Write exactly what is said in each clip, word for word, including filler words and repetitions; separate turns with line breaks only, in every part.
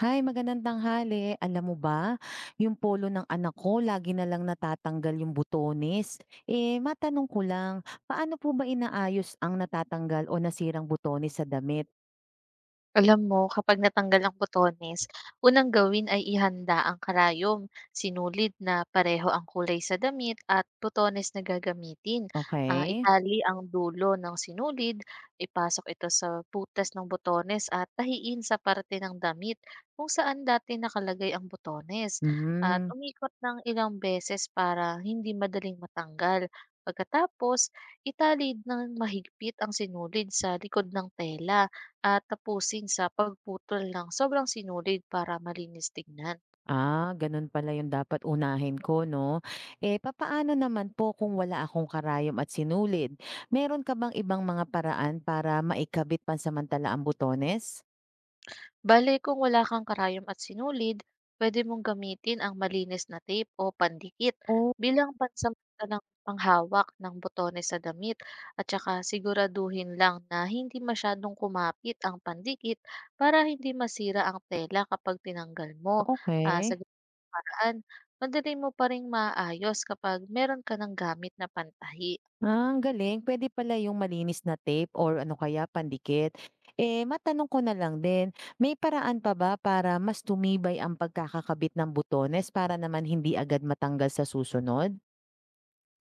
Hi, magandang tanghali. Alam mo ba, yung polo ng anak ko, lagi na lang natatanggal yung butones. Eh, matanong ko lang, paano po ba inaayos ang natatanggal o nasirang butones sa damit?
Alam mo, kapag natanggal ang botones, unang gawin ay ihanda ang karayom, sinulid na pareho ang kulay sa damit at botones na gagamitin. Ah,
Okay?
itali ang dulo ng sinulid, ipasok ito sa butas ng botones at tahiin sa parte ng damit kung saan dati nakalagay ang botones. At
Hmm.
umikot ng ilang beses para hindi madaling matanggal. Pagkatapos, italid ng mahigpit ang sinulid sa likod ng tela at tapusin sa pagputol ng sobrang sinulid para malinis tignan.
Ah, ganun pala yung dapat unahin ko, no? Eh, papaano naman po kung wala akong karayom at sinulid? Meron ka bang ibang mga paraan para maikabit pansamantala ang butones?
Bale, kung wala kang karayom at sinulid, pwede mong gamitin ang malinis na tape o pandikit
Oh,
bilang pansamantalang panghawak ng botones sa damit at saka siguraduhin lang na hindi masyadong kumapit ang pandikit para hindi masira ang tela kapag tinanggal mo. Ah,
okay.
sa ganung paraan, madali mo pa rin maayos kapag meron ka ng gamit na pantahi.
Ah, ang galing. Pwede pala yung malinis na tape or ano kaya pandikit. Eh, matanong ko na lang din, may paraan pa ba para mas tumibay ang pagkakakabit ng butones para naman hindi agad matanggal sa susunod?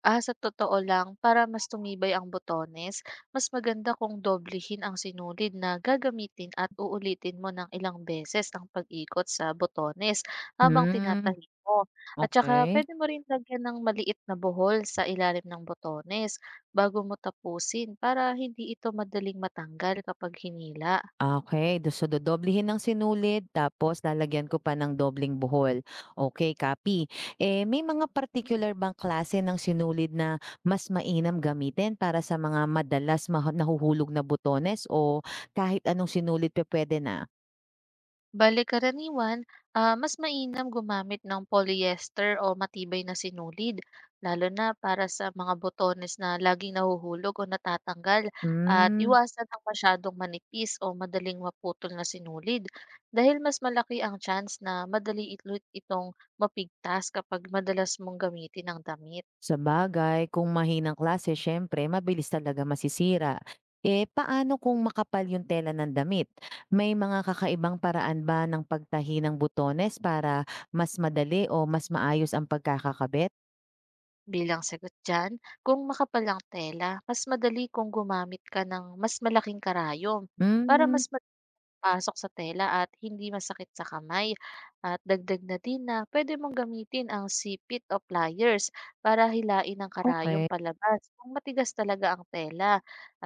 Ah, sa totoo lang, para mas tumibay ang botones, mas maganda kung doblehin ang sinulid na gagamitin at uulitin mo ng ilang beses ang pag-ikot sa botones habang
Hmm,
tinatahi mo. At saka
okay.
pwede mo rin lagyan ng maliit na buhol sa ilalim ng botones bago mo tapusin para hindi ito madaling matanggal kapag hinila.
Ah, Okay, do so dodoblehin ng sinulid tapos lalagyan ko pa ng dobleng buhol. Okay, copy. Eh, may mga particular bang klase ng sinulid na mas mainam gamitin para sa mga madalas maha nahuhulog na botones o kahit anong sinulid pe pwede na?
Bale karaniwan, ah, mas mainam gumamit ng polyester o matibay na sinulid, lalo na para sa mga botones na laging nahuhulog o natatanggal at
Hmm.
iwasan ang masyadong manipis o madaling maputol na sinulid dahil mas malaki ang chance na madali itlo- itong mapigtas kapag madalas mong gamitin ang damit.
Sa bagay kung mahinang klase, syempre, mabilis talaga masisira. Eh, paano kung makapal yung tela ng damit? May mga kakaibang paraan ba ng pagtahi ng butones para mas madali o mas maayos ang pagkakakabit?
Bilang sagot dyan, kung makapalang tela, mas madali kung gumamit ka ng mas malaking karayom para
Hmm,
mas pasok sa tela at hindi masakit sa kamay. At dagdag na din na pwede mong gamitin ang sipit o pliers para hilain ang karayom
okay.
palabas kung matigas talaga ang tela.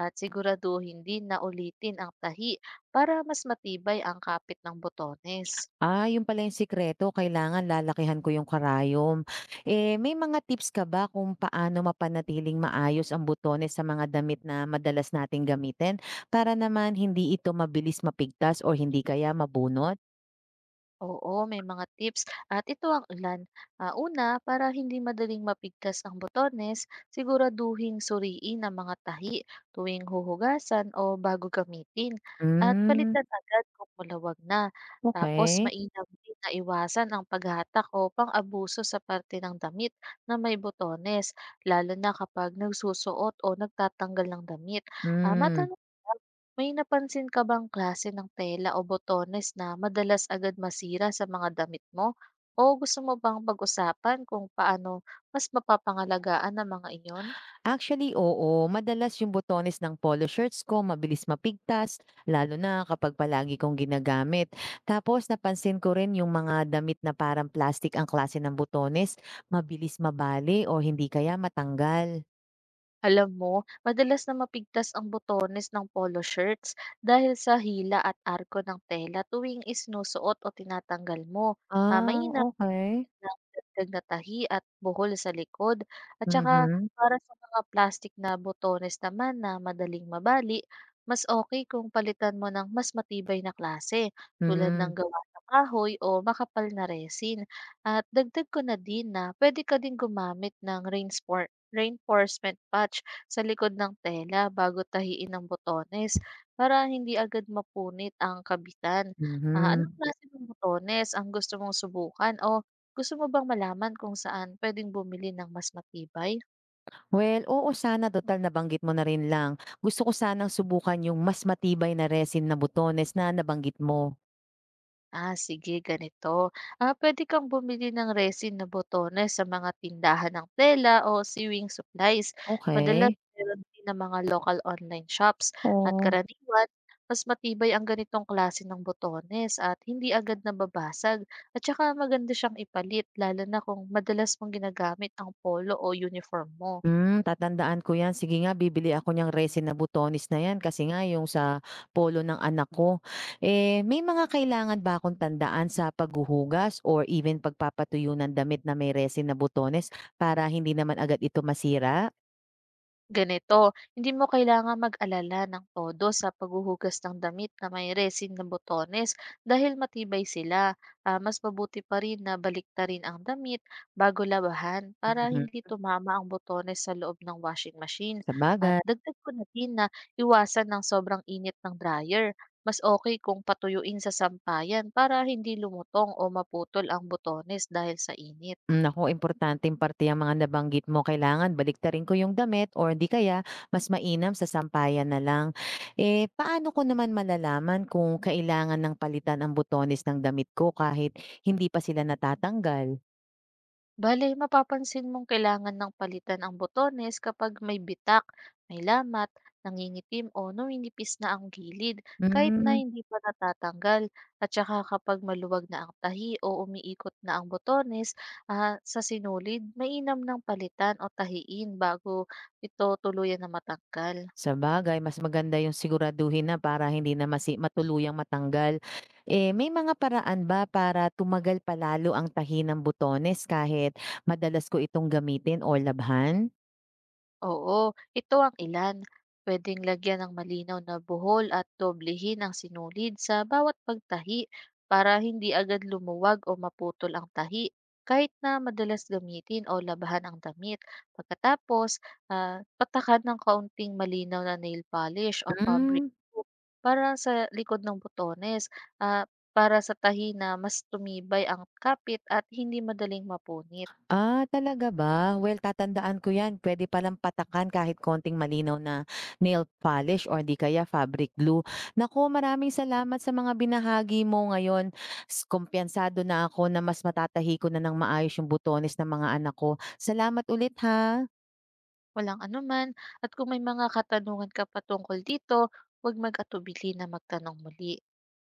At siguraduhin din na ulitin ang tahi para mas matibay ang kapit ng botones.
Ah, yun pala yung sikreto, kailangan lalakihan ko yung karayom. Eh, may mga tips ka ba kung paano mapanatiling maayos ang butones sa mga damit na madalas nating gamitin para naman hindi ito mabilis mapigtas o hindi kaya mabunot?
Oo, may mga tips at ito ang ilan. Ah, una, para hindi madaling mapigtas ang botones, siguraduhin suriin ang mga tahi tuwing huhugasan o bago gamitin at
Hmm,
palitan agad kung malawag na. Tapos
okay.
mainam din na iwasan ang paghatak o pang-abuso sa parte ng damit na may botones, lalo na kapag nagsusuot o nagtatanggal ng damit. Ah,
Hmm.
matanong may napansin ka bang klase ng tela o botones na madalas agad masira sa mga damit mo? O gusto mo bang pag-usapan kung paano mas mapapangalagaan ang mga iyon?
Actually, oo. Madalas yung botones ng polo shirts ko mabilis mapigtas, lalo na kapag palagi kong ginagamit. Tapos napansin ko rin yung mga damit na parang plastic ang klase ng botones, mabilis mabali o hindi kaya matanggal.
Alam mo, madalas na mapigtas ang botones ng polo shirts dahil sa hila at arko ng tela tuwing isinusuot o tinatanggal mo. Ah,
Ah,
mainam
okay.
nakakadagdag na tahi at buhol sa likod at saka
Mhm.
para sa mga plastic na botones naman na madaling mabali, mas okay kung palitan mo ng mas matibay na klase tulad ng
Mm.
gawa sa kahoy o makapal na resin. At dagdag ko na din na puwede ka din gumamit ng rainspor reinforcement patch sa likod ng tela bago tahiin ang botones para hindi agad mapunit ang kabitan. Ah,
Mhm.
anong klase ng botones ang gusto mong subukan o gusto mo bang malaman kung saan pwedeng bumili ng mas matibay?
Well, oo, sana total nabanggit mo na rin lang. Gusto ko sanang subukan yung mas matibay na resin na botones na nabanggit mo.
Ah, sige, ganito. Ah, pwede kang bumili ng resin na botones sa mga tindahan ng tela o sewing supplies. Madalas
Okay.
meron din ng mga local online shops at
Oo.
karaniwan, mas matibay ang ganitong klase ng botones at hindi agad nababasag. At saka maganda siyang ipalit, lalo na kung madalas mong ginagamit ang polo o uniform mo.
Hmm, tatandaan ko 'yan. Sige nga, bibili ako niyang resin na butones na 'yan kasi nga yung sa polo ng anak ko. Eh, may mga kailangan ba akong tandaan sa paghuhugas or even pagpapatuyo ng damit na may resin na butones para hindi naman agad ito masira?
Ganito, hindi mo kailangan mag-alala ng todo sa paghuhugas ng damit na may resin na botones dahil matibay sila. Ah, mas mabuti pa rin na baliktarin ang damit bago labahan para
Mhm,
hindi tumama ang botones sa loob ng washing machine. At
sabagay.
dagdag ko na din na iwasan ng sobrang init ng dryer. Mas okay kung patuyuin sa sampayan para hindi lumutong o maputol ang botones dahil sa init.
Hmm, naku, importanteng parte yang mga nabanggit mo. Kailangan baliktarin ko yung damit or di kaya mas mainam sa sampayan na lang. Eh, paano ko naman malalaman kung kailangan ng palitan ang butones ng damit ko kahit hindi pa sila natatanggal?
Bale, mapapansin mong kailangan ng palitan ang botones kapag may bitak, may lamat, nangingitim o numinipis na ang gilid kahit na
Hmm,
hindi pa natatanggal at saka kapag maluwag na ang tahi o umiikot na ang botones ah, sa sinulid, mainam ng palitan o tahiin bago ito tuluyan na matanggal.
bagay mas maganda yung siguraduhin na para hindi na masi matuluyang matanggal. Eh, may mga paraan ba para tumagal pa ang tahi ng butones kahit madalas ko itong gamitin o labhan?
Oo, ito ang ilan. Pwedeng lagyan ng malinaw na buhol at doblehin ang sinulid sa bawat pagtahi para hindi agad lumuwag o maputol ang tahi kahit na madalas gamitin o labahan ang damit. Pagkatapos, ah, patakan ng kaunting malinaw na nail polish o fabric
Hmm.
glue para sa likod ng butones ah, para sa tahi na mas tumibay ang kapit at hindi madaling mapunit.
Ah, talaga ba? Well, tatandaan ko 'yan. Pwede palang patakan kahit konting malinaw na nail polish or di kaya fabric glue. Naku, maraming salamat sa mga binahagi mo ngayon. S Kumpiyensado na ako na mas matatahi ko na ng maayos yung butones ng mga anak ko. Salamat ulit, ha.
Walang anuman at kung may mga katanungan ka pa dito, huwag mag-atubili na magtanong muli.